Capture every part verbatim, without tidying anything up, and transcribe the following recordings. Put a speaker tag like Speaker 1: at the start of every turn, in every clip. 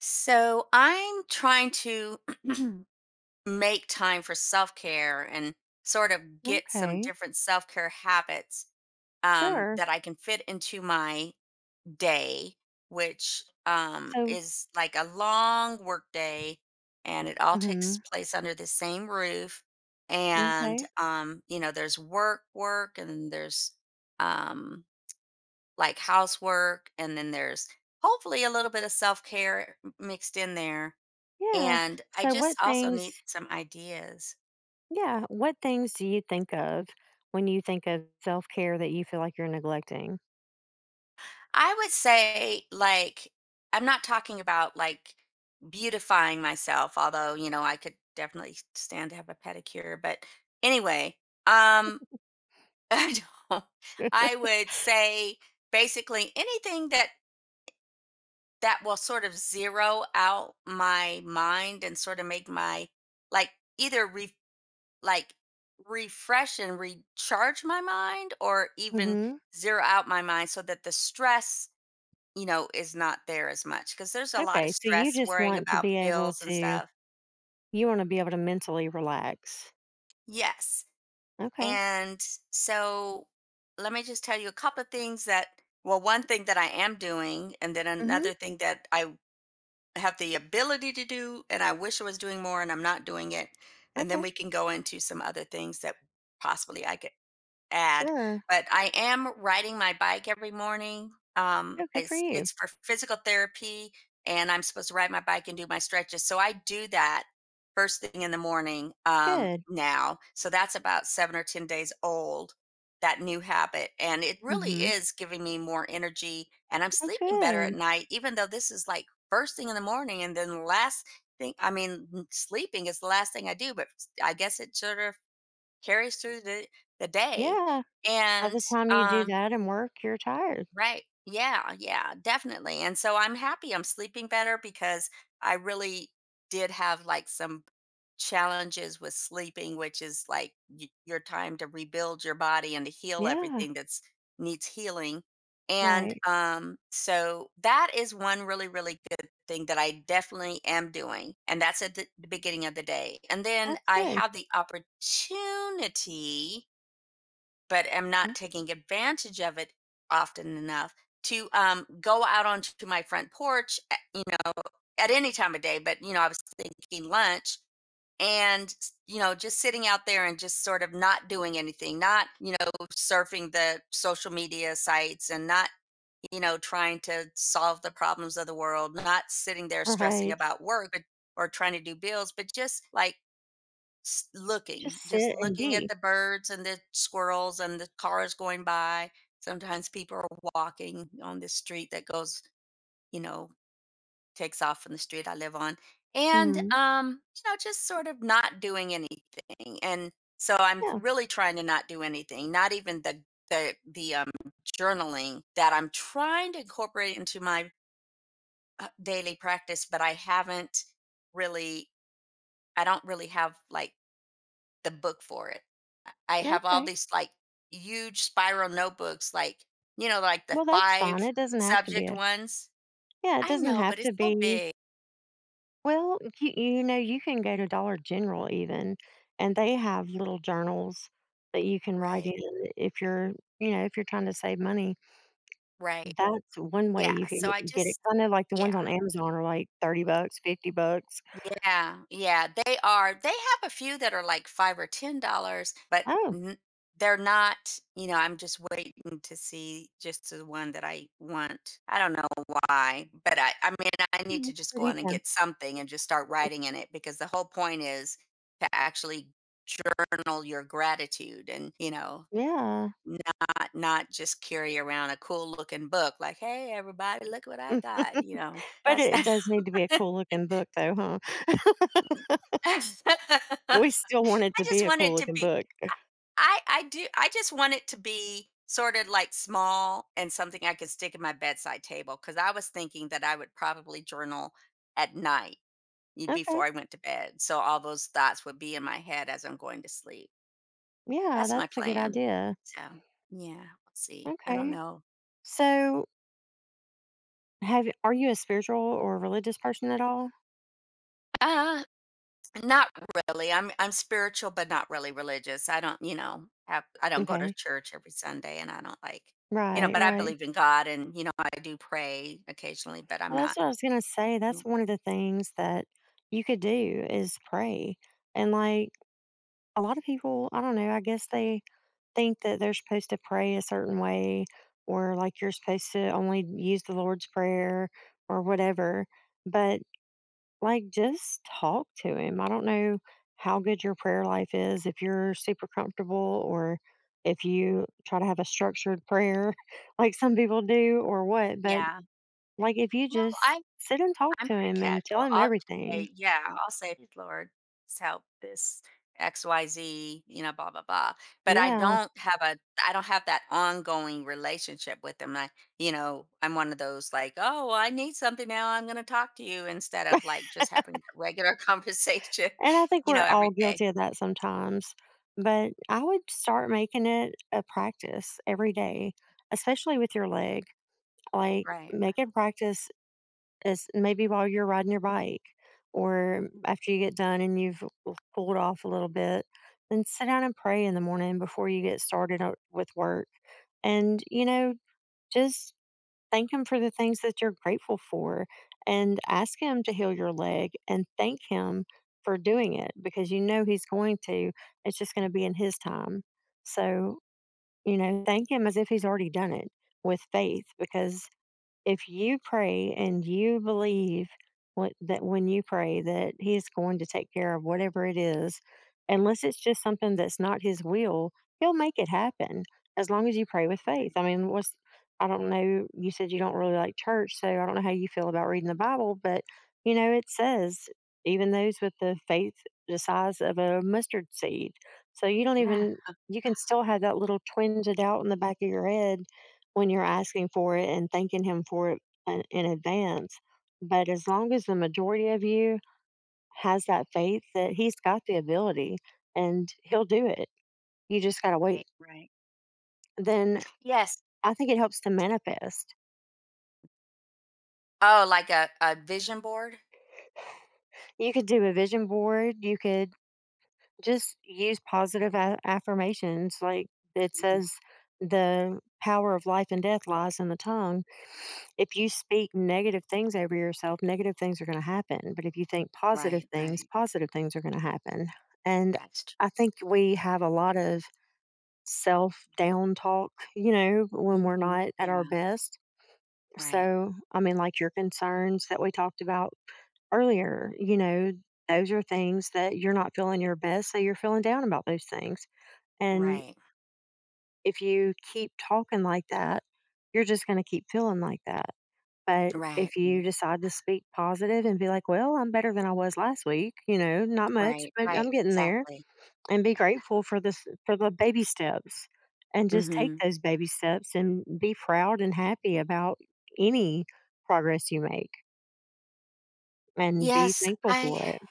Speaker 1: So I'm trying to make time for self care and sort of get some
Speaker 2: Okay,
Speaker 1: different self care habits um,
Speaker 2: sure.
Speaker 1: that I can fit into my day, which um,
Speaker 2: So,
Speaker 1: is like a long work day and it all takes
Speaker 2: mhm,
Speaker 1: place under the same roof. And,
Speaker 2: okay.
Speaker 1: um, you know, there's work, work, and then there's um, like housework, and then there's hopefully a little bit of self care mixed in there
Speaker 2: Yeah.
Speaker 1: and I
Speaker 2: So
Speaker 1: just
Speaker 2: what
Speaker 1: also need
Speaker 2: things,
Speaker 1: some ideas.
Speaker 2: yeah, what things do you think of when you think of self-care that you feel like you're neglecting?
Speaker 1: I would say, like, I'm not talking about like beautifying myself, although, you know, I could definitely stand to have a pedicure. But anyway, um, I don't, I would say basically anything that that will sort of zero out my mind and sort of make my like either like refresh and recharge my mind or even
Speaker 2: Mhm.
Speaker 1: zero out my mind so that the stress, you know, is not there as much because there's a lot of
Speaker 2: Okay, so
Speaker 1: stress
Speaker 2: you just
Speaker 1: worrying
Speaker 2: want to
Speaker 1: about
Speaker 2: be able
Speaker 1: bills and
Speaker 2: to
Speaker 1: stuff.
Speaker 2: You wanna be able to mentally relax.
Speaker 1: Yes.
Speaker 2: Okay.
Speaker 1: And so let me just tell you a couple of things that, well, one thing that I am doing, and then
Speaker 2: Mhm.
Speaker 1: another thing that I have the ability to do, and I wish I was doing more and I'm not doing it. And then
Speaker 2: Okay.
Speaker 1: we can go into some other things that possibly I could add,
Speaker 2: Sure.
Speaker 1: but I am riding my bike every morning. Um,
Speaker 2: Oh, good for
Speaker 1: it's
Speaker 2: you.
Speaker 1: it's for physical therapy, and I'm supposed to ride my bike and do my stretches. So I do that first thing in the morning um,
Speaker 2: Good.
Speaker 1: now. So that's about seven or ten days old. That new habit, and it really
Speaker 2: Mhm.
Speaker 1: is giving me more energy, and I'm
Speaker 2: Oh,
Speaker 1: sleeping better at
Speaker 2: good.
Speaker 1: night. Even though this is like first thing in the morning, and then the last thing, I mean, n- sleeping is the last thing I do. But I guess it sort of carries through the the day,
Speaker 2: Yeah. By the
Speaker 1: and,
Speaker 2: time you do
Speaker 1: um
Speaker 2: that and work, you're tired.
Speaker 1: right. Yeah, yeah, definitely, and so I'm happy I'm sleeping better because I really did have, like, some challenges with sleeping, which is, like, y your time to rebuild your body and to heal
Speaker 2: Yeah.
Speaker 1: everything that's needs healing, and,
Speaker 2: Right.
Speaker 1: um, so that is one really, really good thing that I definitely am doing, and that's at the the beginning of the day, and then
Speaker 2: That's
Speaker 1: I
Speaker 2: good.
Speaker 1: have the opportunity but am
Speaker 2: Mm.
Speaker 1: not taking advantage of it often enough to um, go out onto my front porch, at, you know, at any time of day. But, you know, I was thinking lunch and, you know, just sitting out there and just sort of not doing anything, not, you know, surfing the social media sites and not, you know, trying to solve the problems of the world, not sitting there stressing
Speaker 2: Right.
Speaker 1: about work or trying to do bills, but just like S
Speaker 2: Just
Speaker 1: looking, just
Speaker 2: sit and
Speaker 1: looking at
Speaker 2: be.
Speaker 1: the birds and the squirrels and the cars going by. Sometimes people are walking on this street that goes, you know, takes off from the street I live on. And,
Speaker 2: Mhm.
Speaker 1: um, you know, just sort of not doing anything. And so I'm
Speaker 2: Yeah.
Speaker 1: really trying to not do anything, not even the the the, um, journaling that I'm trying to incorporate into my, uh, daily practice, but I haven't really I don't really have, like, the book for it. I I have all
Speaker 2: Okay.
Speaker 1: these, like, huge spiral notebooks, like, you know, like the
Speaker 2: Well, that's fine.
Speaker 1: five
Speaker 2: It doesn't have to be
Speaker 1: subject
Speaker 2: a
Speaker 1: ones.
Speaker 2: yeah, it
Speaker 1: I
Speaker 2: doesn't
Speaker 1: know,
Speaker 2: have
Speaker 1: but it's
Speaker 2: to
Speaker 1: so
Speaker 2: be
Speaker 1: big.
Speaker 2: Well, you, you know, you can go to Dollar General even, and they have little journals that you can write in
Speaker 1: Right,
Speaker 2: if you're, you know, if you're trying to save money.
Speaker 1: right.
Speaker 2: That's one way
Speaker 1: Yeah,
Speaker 2: you can
Speaker 1: so
Speaker 2: get
Speaker 1: I
Speaker 2: get it.
Speaker 1: just
Speaker 2: 'Cause I know like the ones
Speaker 1: yeah.
Speaker 2: on Amazon are like thirty bucks, fifty bucks.
Speaker 1: Yeah, yeah, they are. They have a few that are like five or ten dollars but
Speaker 2: Oh,
Speaker 1: n they're not you know, I'm just waiting to see just the one that I want. I don't know why, but I I mean, I need
Speaker 2: that's
Speaker 1: to just go
Speaker 2: pretty
Speaker 1: on and
Speaker 2: down.
Speaker 1: get something and just start writing in it because the whole point is to actually journal your gratitude and, you know,
Speaker 2: Yeah.
Speaker 1: not not just carry around a cool looking book like, "Hey, everybody, look what I got," you know?
Speaker 2: But
Speaker 1: That's
Speaker 2: it does need to be a cool looking book though, huh? We still want it
Speaker 1: I
Speaker 2: to be
Speaker 1: just
Speaker 2: a
Speaker 1: want
Speaker 2: cool
Speaker 1: it to
Speaker 2: looking
Speaker 1: be
Speaker 2: book.
Speaker 1: I I do I just want it to be sort of like small and something I could stick in my bedside table because I was thinking that I would probably journal at night y-
Speaker 2: Okay.
Speaker 1: before I went to bed. So all those thoughts would be in my head as I'm going to sleep.
Speaker 2: Yeah,
Speaker 1: That's my
Speaker 2: that's a good
Speaker 1: plan.
Speaker 2: idea.
Speaker 1: So yeah, we'll see. I don't
Speaker 2: Okay.
Speaker 1: know.
Speaker 2: So, have are you a spiritual or religious person at all?
Speaker 1: Not really. I'm I'm spiritual, but not really religious. I don't, you know, have I don't go to
Speaker 2: Okay.
Speaker 1: church every Sunday, and I don't like, you know,
Speaker 2: Right,
Speaker 1: but I
Speaker 2: right.
Speaker 1: believe in God, and you know, I do pray occasionally, but I'm
Speaker 2: Well, that's
Speaker 1: not.
Speaker 2: what I was gonna say, that's
Speaker 1: Mm,
Speaker 2: one of the things that you could do is pray, and, like, a lot of people, I don't know, I guess they think that they're supposed to pray a certain way or, like, you're supposed to only use the Lord's Prayer or whatever, but, like, just talk to Him. I don't know how good your prayer life is, if you're super comfortable or if you try to have a structured prayer like some people do or what, but
Speaker 1: yeah,
Speaker 2: like, if you
Speaker 1: no,
Speaker 2: just
Speaker 1: I
Speaker 2: sit and talk
Speaker 1: I'm
Speaker 2: to
Speaker 1: pretty
Speaker 2: him and tell
Speaker 1: casual.
Speaker 2: him
Speaker 1: I'll just
Speaker 2: everything.
Speaker 1: say, "Yeah," I'll say, "Good Lord, just help this X Y Z, you know, blah, blah, blah." But I
Speaker 2: Yeah,
Speaker 1: don't have a I don't have that ongoing relationship with them. I, you know, I'm one of those like, "Oh, well, I need something now. I'm gonna talk to you," instead of like just having a regular conversation,
Speaker 2: and I think
Speaker 1: you know,
Speaker 2: we're all
Speaker 1: every day.
Speaker 2: guilty of that sometimes, but I would start making it a practice every day, especially with your leg. Like,
Speaker 1: Right, right,
Speaker 2: make it practice as maybe while you're riding your bike or after you get done and you've l- cooled off a little bit, then sit down and pray in the morning before you get started o- with work. And, you know, just thank him for the things that you're grateful for and ask him to heal your leg and thank him for doing it because you know he's going to. It's just going to be in his time. So, you know, thank him as if he's already done it with faith because if you pray and you believe what, that when you pray that he's going to take care of whatever it is, unless it's just something that's not his will, he'll make it happen as long as you pray with
Speaker 1: right,
Speaker 2: faith.
Speaker 1: right.
Speaker 2: I mean, what's, I don't know, you said you don't really like church, so I don't know how you feel about reading the Bible, but you know it says even those with the faith the size of a mustard seed, so you don't
Speaker 1: Yeah,
Speaker 2: even, you can still have that little twinge of doubt in the back of your head when you're asking for it and thanking him for it in, in advance. But as long as the majority of you has that faith that he's got the ability and he'll do it, you just got to wait.
Speaker 1: right, right.
Speaker 2: Then
Speaker 1: Yes.
Speaker 2: I think it helps to manifest.
Speaker 1: Oh, like a, a vision board?
Speaker 2: You could do a vision board. You could just use positive a- affirmations. Like it
Speaker 1: Mhm.
Speaker 2: says, the power of life and death lies in the tongue. If you speak negative things over yourself, negative things are going to happen. But if you think positive
Speaker 1: Right,
Speaker 2: things,
Speaker 1: right.
Speaker 2: positive things are going to happen. And
Speaker 1: That's true.
Speaker 2: I think we have a lot of self down talk, you know, when we're
Speaker 1: Mhm.
Speaker 2: not at our
Speaker 1: Yeah,
Speaker 2: best.
Speaker 1: right.
Speaker 2: So, I mean, like your concerns that we talked about earlier, you know, those are things that you're not feeling your best, so you're feeling down about those things. And
Speaker 1: Right,
Speaker 2: if you keep talking like that, you're just going to keep feeling like that. But
Speaker 1: right,
Speaker 2: if you
Speaker 1: mm,
Speaker 2: decide to speak positive and be like, well, I'm better than I was last week, you know, not much,
Speaker 1: right,
Speaker 2: but I'm
Speaker 1: right,
Speaker 2: getting there,
Speaker 1: exactly.
Speaker 2: and be grateful for this, for the baby steps, and just take
Speaker 1: Mhm.
Speaker 2: those baby steps and be proud and happy about any progress you make and be
Speaker 1: Yes,
Speaker 2: thankful
Speaker 1: I
Speaker 2: for it.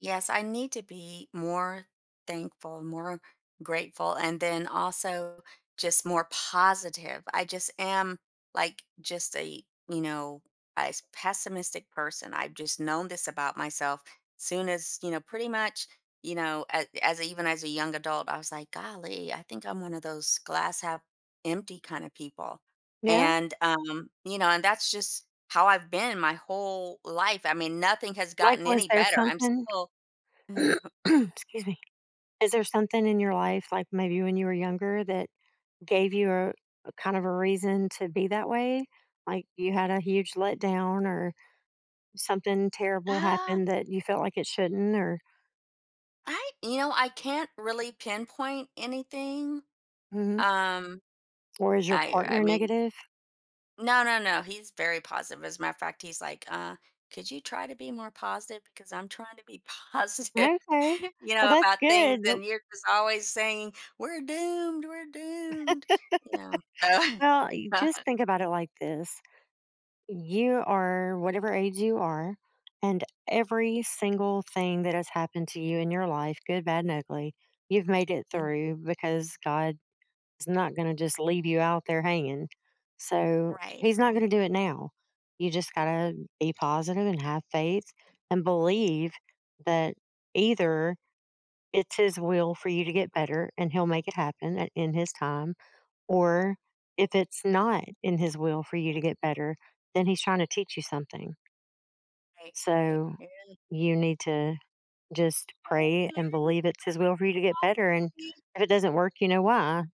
Speaker 1: Yes, I need to be more thankful, more grateful, and then also just more positive. I just am like just a, you know, a s- pessimistic person. I've just known this about myself. Soon as, you know, pretty much, you know, as, as a- even as a young adult, I was like, golly, I think I'm one of those glass half empty kind of people.
Speaker 2: Yeah.
Speaker 1: And, um, you know, and that's just how I've been my whole life. I mean, nothing has
Speaker 2: Like,
Speaker 1: gotten
Speaker 2: was
Speaker 1: any
Speaker 2: there
Speaker 1: better. I'm
Speaker 2: something
Speaker 1: still Mm, uh,
Speaker 2: excuse me. Is there something in your life, like, maybe when you were younger that gave you a a kind of a reason to be that way? Like, you had a huge letdown or something terrible happened that you felt like it shouldn't, or
Speaker 1: I you know, I can't really pinpoint anything.
Speaker 2: mhm.
Speaker 1: Um,
Speaker 2: Or is your
Speaker 1: I I
Speaker 2: partner
Speaker 1: mean,
Speaker 2: negative?
Speaker 1: no, no, no, he's very positive. As a matter of fact, he's like, uh, could you try to be more positive? Because I'm trying to be positive,
Speaker 2: Okay.
Speaker 1: you
Speaker 2: Well,
Speaker 1: know,
Speaker 2: that's
Speaker 1: about
Speaker 2: good.
Speaker 1: things, and you're just always saying, we're doomed, we're doomed. You know.
Speaker 2: Well, you
Speaker 1: So,
Speaker 2: just think about it like this. You are whatever age you are, and every single thing that has happened to you in your life, good, bad, and ugly, you've made it
Speaker 1: mm,
Speaker 2: through because God is not going to just leave you out there hanging. So
Speaker 1: right,
Speaker 2: he's not going
Speaker 1: right,
Speaker 2: to do it now. You just got to be positive and have faith and believe that either it's His will for you to get better and He'll make it happen in His time, or if it's not in His will for you to get better, then He's trying to teach you something.
Speaker 1: right, right.
Speaker 2: So
Speaker 1: Yeah,
Speaker 2: you need to just
Speaker 1: I
Speaker 2: pray
Speaker 1: wanna
Speaker 2: and believe it's His will for you to get better. And
Speaker 1: learn.
Speaker 2: if it doesn't work, you know why.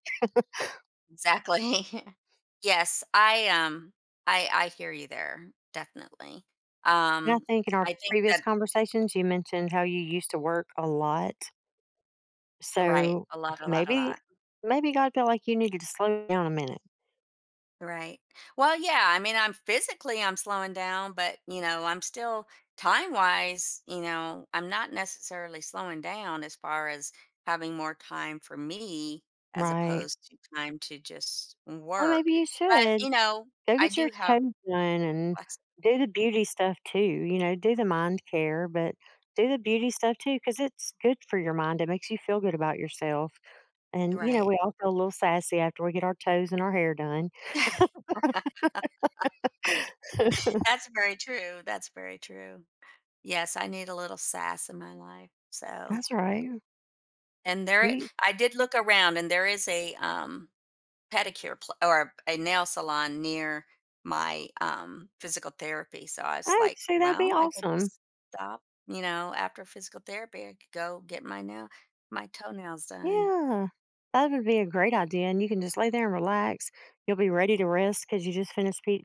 Speaker 1: Exactly. Yes, I um I I hear you there, definitely.
Speaker 2: And I
Speaker 1: Um
Speaker 2: think in our
Speaker 1: I think
Speaker 2: previous
Speaker 1: that
Speaker 2: conversations, you mentioned how you used to work a lot.
Speaker 1: you're right,
Speaker 2: So
Speaker 1: a lot, a lot, a
Speaker 2: maybe,
Speaker 1: lot.
Speaker 2: maybe God felt like you needed to slow down a minute,
Speaker 1: Right. Well, yeah, I mean I'm physically I'm slowing down, but you know, I'm still time wise, you know, I'm not necessarily slowing down as far as having more time for me as
Speaker 2: right?
Speaker 1: opposed to time to just
Speaker 2: Or maybe
Speaker 1: work.
Speaker 2: you
Speaker 1: But,
Speaker 2: should
Speaker 1: you know,
Speaker 2: go
Speaker 1: I
Speaker 2: get your
Speaker 1: do have
Speaker 2: toes done and do the
Speaker 1: flexibility.
Speaker 2: beauty stuff too, you know, do the mind care, but do the beauty stuff too because it's good for your mind, it makes you feel good about yourself, and, you know,
Speaker 1: Right.
Speaker 2: we all feel a little sassy after we get our toes and our hair done.
Speaker 1: That's very true, that's very true. Yes, I need a little sass in my life, so
Speaker 2: That's right.
Speaker 1: and there i
Speaker 2: You
Speaker 1: I did look around and there is a, um, pedicure pl or a nail salon near my, um, physical therapy, so I was
Speaker 2: I'd
Speaker 1: like,
Speaker 2: say that'd be
Speaker 1: "Well, I could
Speaker 2: awesome.
Speaker 1: just stop, you know, after physical therapy, I could go get my nail my toenails done."
Speaker 2: Yeah. That would be a great idea, and you can just lay there and relax. You'll be ready to rest because you just finished pet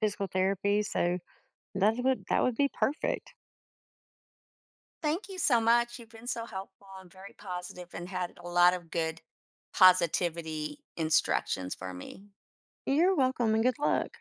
Speaker 2: physical therapy, so that would that would be perfect.
Speaker 1: Thank you so much, you've been so helpful and very positive and had a lot of good positivity instructions for me.
Speaker 2: You're welcome and good luck.